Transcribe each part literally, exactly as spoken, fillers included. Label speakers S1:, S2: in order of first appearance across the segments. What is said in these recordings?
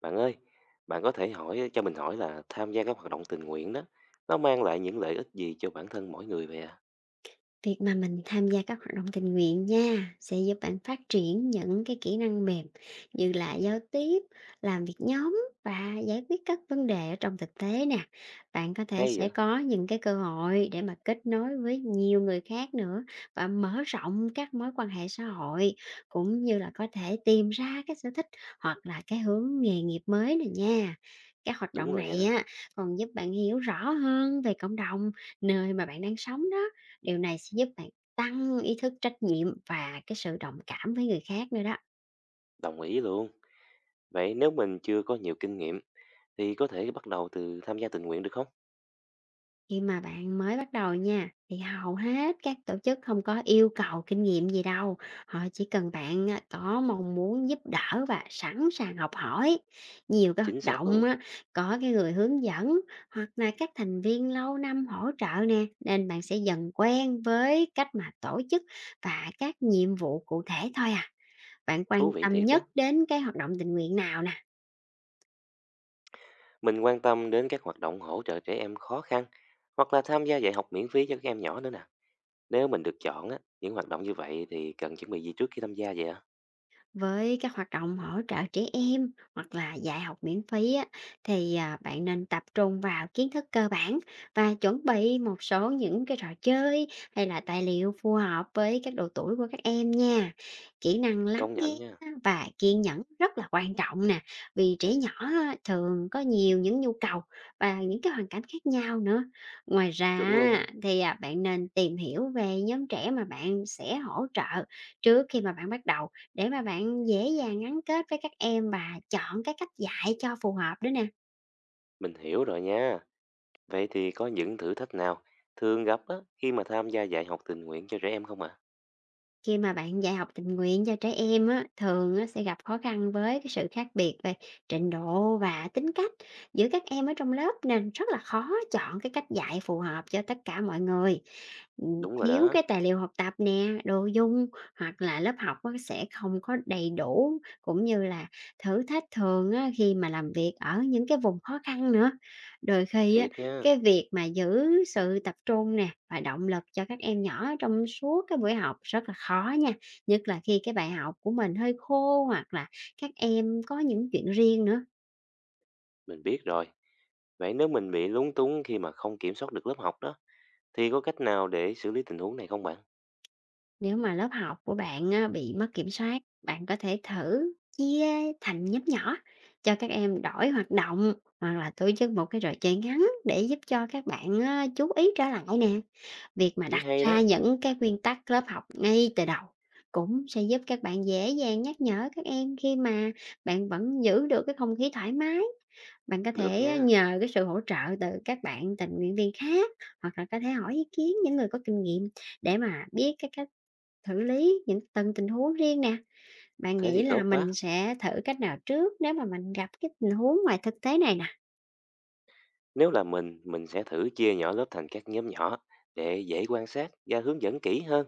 S1: Bạn ơi, bạn có thể hỏi cho mình hỏi là tham gia các hoạt động tình nguyện đó, nó mang lại những lợi ích gì cho bản thân mỗi người vậy à?
S2: Việc mà mình tham gia các hoạt động tình nguyện nha sẽ giúp bạn phát triển những cái kỹ năng mềm như là giao tiếp, làm việc nhóm và giải quyết các vấn đề ở trong thực tế nè. Bạn có thể
S1: Hay
S2: sẽ
S1: vậy?
S2: có những cái cơ hội để mà kết nối với nhiều người khác nữa và mở rộng các mối quan hệ xã hội, cũng như là có thể tìm ra cái sở thích hoặc là cái hướng nghề nghiệp mới này nha. Các hoạt
S1: Đúng
S2: động
S1: rồi
S2: này
S1: nha,
S2: á còn giúp bạn hiểu rõ hơn về cộng đồng nơi mà bạn đang sống đó. Điều này sẽ giúp bạn tăng ý thức trách nhiệm và cái sự đồng cảm với người khác nữa đó.
S1: đồng ý luôn. Vậy nếu mình chưa có nhiều kinh nghiệm thì có thể bắt đầu từ tham gia tình nguyện được không?
S2: Khi mà bạn mới bắt đầu nha, thì hầu hết các tổ chức không có yêu cầu kinh nghiệm gì đâu. Họ chỉ cần bạn á, có mong muốn giúp đỡ và sẵn sàng học hỏi. Nhiều cái hoạt
S1: Chính xác
S2: động
S1: luôn,
S2: á, có cái người hướng dẫn hoặc là các thành viên lâu năm hỗ trợ nè, nên bạn sẽ dần quen với cách mà tổ chức và các nhiệm vụ cụ thể thôi à. Bạn quan
S1: thú vị
S2: tâm
S1: thiệt đó.
S2: nhất đến cái hoạt động tình nguyện nào nè?
S1: Mình quan tâm đến các hoạt động hỗ trợ trẻ em khó khăn hoặc là tham gia dạy học miễn phí cho các em nhỏ nữa nè. Nếu mình được chọn á, những hoạt động như vậy thì cần chuẩn bị gì trước khi tham gia vậy ạ?
S2: Với các hoạt động hỗ trợ trẻ em hoặc là dạy học miễn phí á, thì à, bạn nên tập trung vào kiến thức cơ bản và chuẩn bị một số những cái trò chơi hay là tài liệu phù hợp với các độ tuổi của các em nha. Kỹ năng lắng
S1: Công nhận
S2: nghe
S1: nha,
S2: và kiên nhẫn rất là quan trọng nè, vì trẻ nhỏ á, thường có nhiều những nhu cầu và những cái hoàn cảnh khác nhau nữa. Ngoài ra
S1: chuẩn
S2: á,
S1: luôn,
S2: thì à, bạn nên tìm hiểu về nhóm trẻ mà bạn sẽ hỗ trợ trước khi mà bạn bắt đầu, để mà bạn dễ dàng gắn kết với các em và chọn cái cách dạy cho phù hợp nữa nè.
S1: mình hiểu rồi nha. Vậy thì có những thử thách nào thường gặp á, khi mà tham gia dạy học tình nguyện cho trẻ em không ạ? À?
S2: Khi mà bạn dạy học tình nguyện cho trẻ em á, thường á, sẽ gặp khó khăn với cái sự khác biệt về trình độ và tính cách giữa các em ở trong lớp, nên rất là khó chọn cái cách dạy phù hợp cho tất cả mọi người. Ừ.
S1: Đúng rồi
S2: Thiếu
S1: đó,
S2: cái tài liệu học tập nè, đồ dung hoặc là lớp học á, sẽ không có đầy đủ, cũng như là thử thách thường á, khi mà làm việc ở những cái vùng khó khăn nữa. Đôi khi á,
S1: thiệt nha,
S2: cái việc mà giữ sự tập trung nè và động lực cho các em nhỏ trong suốt cái buổi học rất là khó nha, nhất là khi cái bài học của mình hơi khô hoặc là các em có những chuyện riêng nữa.
S1: mình biết rồi. Vậy nếu mình bị lúng túng khi mà không kiểm soát được lớp học đó, thì có cách nào để xử lý tình huống này không bạn?
S2: Nếu mà lớp học của bạn á, bị mất kiểm soát, bạn có thể thử chia thành nhóm nhỏ, cho các em đổi hoạt động hoặc là tổ chức một cái trò chơi ngắn để giúp cho các bạn á, chú ý trở lại nè. Việc mà
S1: Ý
S2: đặt
S1: hay đó,
S2: ra những cái nguyên tắc lớp học ngay từ đầu cũng sẽ giúp các bạn dễ dàng nhắc nhở các em, khi mà bạn vẫn giữ được cái không khí thoải mái. Bạn có
S1: được
S2: thể ờ,
S1: nha.
S2: nhờ cái sự hỗ trợ từ các bạn tình nguyện viên khác, hoặc là có thể hỏi ý kiến những người có kinh nghiệm để mà biết cái cách xử lý những từng tình huống riêng nè. Bạn
S1: Thế
S2: nghĩ
S1: thì
S2: là
S1: tốt
S2: mình
S1: quá.
S2: sẽ thử cách nào trước nếu mà mình gặp cái tình huống ngoài thực tế này nè?
S1: Nếu là mình, mình sẽ thử chia nhỏ lớp thành các nhóm nhỏ để dễ quan sát và hướng dẫn kỹ hơn.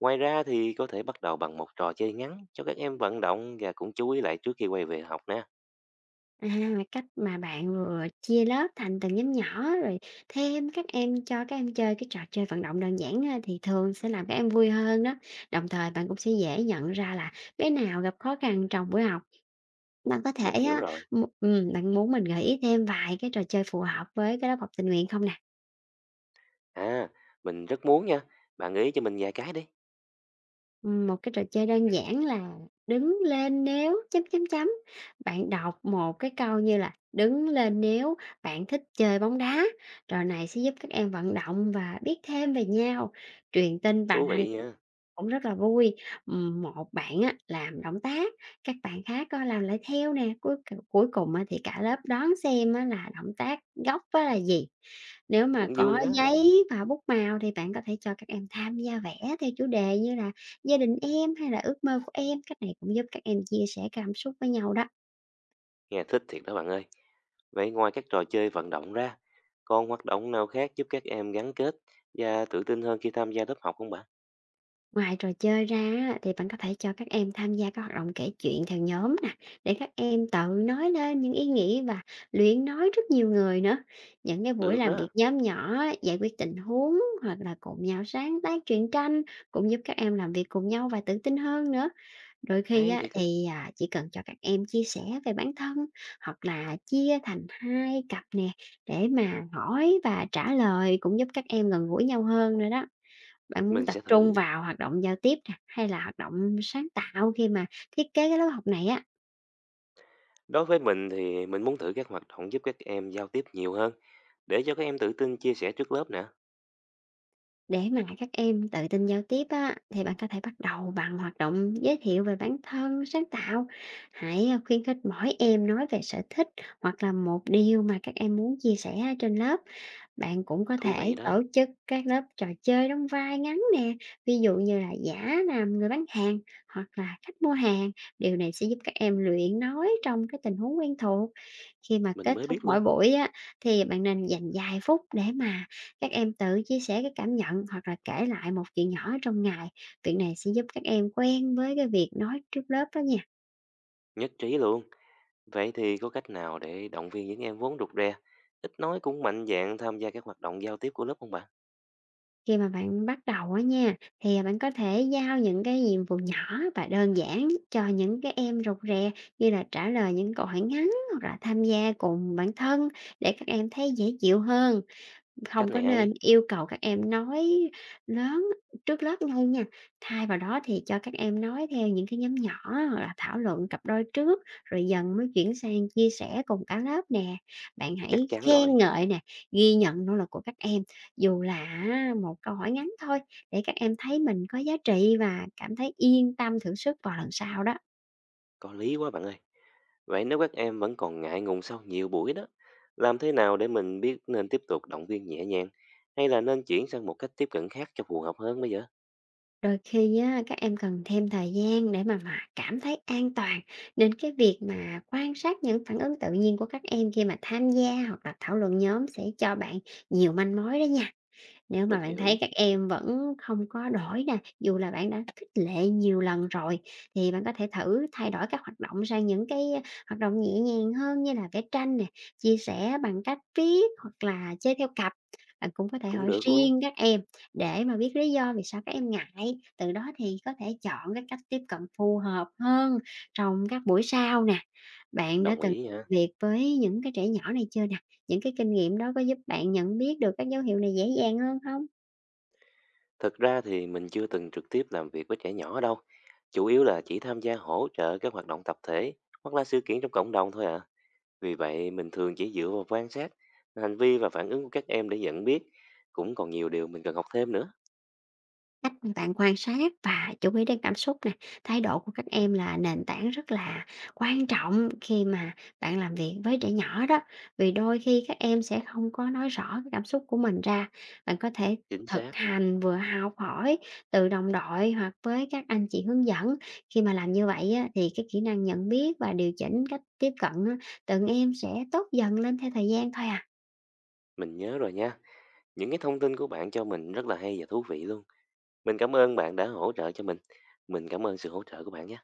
S1: Ngoài ra thì có thể bắt đầu bằng một trò chơi ngắn cho các em vận động và cũng chú ý lại trước khi quay về học nè.
S2: À, cách mà bạn vừa chia lớp thành từng nhóm nhỏ rồi thêm các em, cho các em chơi cái trò chơi vận động đơn giản á, thì thường sẽ làm các em vui hơn đó. Đồng thời bạn cũng sẽ dễ nhận ra là bé nào gặp khó khăn trong buổi học. Bạn có
S1: Mình
S2: thể
S1: hiểu
S2: á,
S1: rồi.
S2: mu- ừ, bạn muốn mình gợi ý thêm vài cái trò chơi phù hợp với cái lớp học tình nguyện không nè?
S1: À, mình rất muốn nha. Bạn gợi ý cho mình vài cái đi.
S2: Ừm, một cái trò chơi đơn giản là "Đứng lên nếu" chấm, chấm, chấm. Bạn đọc một cái câu như là "Đứng lên nếu bạn thích chơi bóng đá." Trò này sẽ giúp các em vận động và biết thêm về nhau, truyền tin
S1: Thú
S2: bằng hành
S1: vị nha.
S2: cũng rất là vui. Ừm, một bạn á làm động tác, các bạn khác coi làm lại theo nè, cuối cuối cùng á thì cả lớp đoán xem á là động tác gốc á là gì. Nếu mà
S1: Cũng
S2: có
S1: vui đó.
S2: giấy và bút màu thì bạn có thể cho các em tham gia vẽ theo chủ đề, như là gia đình em hay là ước mơ của em. Cách này cũng giúp các em chia sẻ cảm xúc với nhau đó.
S1: Nghe thích thiệt đó bạn ơi. Vậy ngoài các trò chơi vận động ra, còn hoạt động nào khác giúp các em gắn kết và tự tin hơn khi tham gia lớp học không bạn?
S2: Ngoài trò chơi ra á, thì bạn có thể cho các em tham gia các hoạt động kể chuyện theo nhóm nè, để các em tự nói lên những ý nghĩ và luyện nói trước nhiều người nữa. Những cái buổi
S1: Được
S2: làm việc
S1: đó.
S2: nhóm nhỏ, giải quyết tình huống hoặc là cùng nhau sáng tác truyện tranh cũng giúp các em làm việc cùng nhau và tự tin hơn nữa. Đôi khi
S1: Hay
S2: á,
S1: thiệt á.
S2: thì, à, chỉ cần cho các em chia sẻ về bản thân, hoặc là chia thành hai cặp nè, để mà hỏi và trả lời, cũng giúp các em gần gũi nhau hơn nữa đó. Bạn muốn
S1: Mình
S2: tập
S1: sẽ
S2: trung
S1: thử.
S2: vào hoạt động giao tiếp nè, hay là hoạt động sáng tạo khi mà thiết kế cái lớp học này á?
S1: Đối với mình thì mình muốn thử các hoạt động giúp các em giao tiếp nhiều hơn để cho các em tự tin chia sẻ trước lớp nè.
S2: Để mà các em tự tin giao tiếp á, thì bạn có thể bắt đầu bằng hoạt động giới thiệu về bản thân sáng tạo. Hãy à, khuyến khích mỗi em nói về sở thích, hoặc là một điều mà các em muốn chia sẻ trên lớp. Bạn cũng có
S1: Thú vị
S2: thể
S1: đó.
S2: tổ chức các lớp trò chơi đóng vai ngắn nè, ví dụ như là giả làm người bán hàng hoặc là khách mua hàng. Điều này sẽ giúp các em luyện nói trong cái tình huống quen thuộc. Khi mà
S1: Mình
S2: kết
S1: mới
S2: thúc
S1: biết
S2: mỗi
S1: luôn.
S2: buổi á, thì bạn nên dành vài phút để mà các em tự chia sẻ cái cảm nhận, hoặc là kể lại một chuyện nhỏ trong ngày. Việc này sẽ giúp các em quen với cái việc nói trước lớp đó nha.
S1: Nhất trí luôn. Vậy thì có cách nào để động viên những em vốn rụt rè, ít nói cũng mạnh dạn tham gia các hoạt động giao tiếp của lớp không bạn?
S2: Khi mà bạn bắt đầu á nha, thì bạn có thể giao những cái nhiệm vụ nhỏ và đơn giản cho những cái em rụt rè, như là trả lời những câu hỏi ngắn hoặc là tham gia cùng bản thân, để các em thấy dễ chịu hơn.
S1: Cách
S2: Không có
S1: này hay,
S2: nên yêu cầu các em nói lớn trước lớp ngay nha, thay vào đó thì cho các em nói theo những cái nhóm nhỏ hoặc là thảo luận cặp đôi trước, rồi dần mới chuyển sang chia sẻ cùng cả lớp nè. Bạn
S1: chắc
S2: hãy
S1: chắn rồi,
S2: khen ngợi nè, ghi nhận nỗ lực của các em, dù là à, một câu hỏi ngắn thôi, để các em thấy mình có giá trị và cảm thấy yên tâm thử sức vào lần sau đó.
S1: có lý quá bạn ơi. Vậy nếu các em vẫn còn ngại ngùng sau nhiều buổi đó, làm thế nào để mình biết nên tiếp tục động viên nhẹ nhàng hay là nên chuyển sang một cách tiếp cận khác cho phù hợp hơn bây giờ?
S2: Đôi khi á, các em cần thêm thời gian để mà mà cảm thấy an toàn, nên cái việc mà quan sát những phản ứng tự nhiên của các em khi mà tham gia hoặc là thảo luận nhóm sẽ cho bạn nhiều manh mối đó nha. Nếu mà
S1: Mình
S2: bạn thấy
S1: hiểu,
S2: các em vẫn không có đổi nè, dù là bạn đã khích lệ nhiều lần rồi, thì bạn có thể thử thay đổi các hoạt động sang những cái ờ, hoạt động nhẹ nhàng hơn, như là vẽ tranh nè, chia sẻ bằng cách viết hoặc là chơi theo cặp. Bạn cũng có thể
S1: cũng
S2: hỏi
S1: được luôn,
S2: riêng các em để mà biết lý do vì sao các em ngại. Từ đó thì có thể chọn cái cách tiếp cận phù hợp hơn trong các buổi sau nè. Bạn đã
S1: đồng
S2: từng
S1: ý nha.
S2: việc với những cái trẻ nhỏ này chưa nè? Những cái kinh nghiệm đó có giúp bạn nhận biết được các dấu hiệu này dễ dàng hơn không?
S1: Thực ra thì mình chưa từng trực tiếp làm việc với trẻ nhỏ đâu, chủ yếu là chỉ tham gia hỗ trợ các hoạt động tập thể hoặc là sự kiện trong cộng đồng thôi à. Vì vậy, mình thường chỉ dựa vào quan sát, hành vi và phản ứng của các em để nhận biết. Cũng còn nhiều điều mình cần học thêm nữa.
S2: Cách mà bạn quan sát và chú ý đến cảm xúc nè, thái độ của các em là nền tảng rất là quan trọng khi mà bạn làm việc với trẻ nhỏ đó, vì đôi khi các em sẽ không có nói rõ cái cảm xúc của mình ra. Bạn có thể
S1: Chính
S2: thực
S1: xác,
S2: hành vừa học hỏi từ đồng đội hoặc với các anh chị hướng dẫn. Khi mà làm như vậy á, thì cái kỹ năng nhận biết và điều chỉnh cách tiếp cận á, từng em sẽ tốt dần lên theo thời gian thôi à.
S1: mình nhớ rồi nha. Những cái thông tin của bạn cho mình rất là hay và thú vị luôn. Mình cảm ơn bạn đã hỗ trợ cho mình. Mình cảm ơn sự hỗ trợ của bạn nha.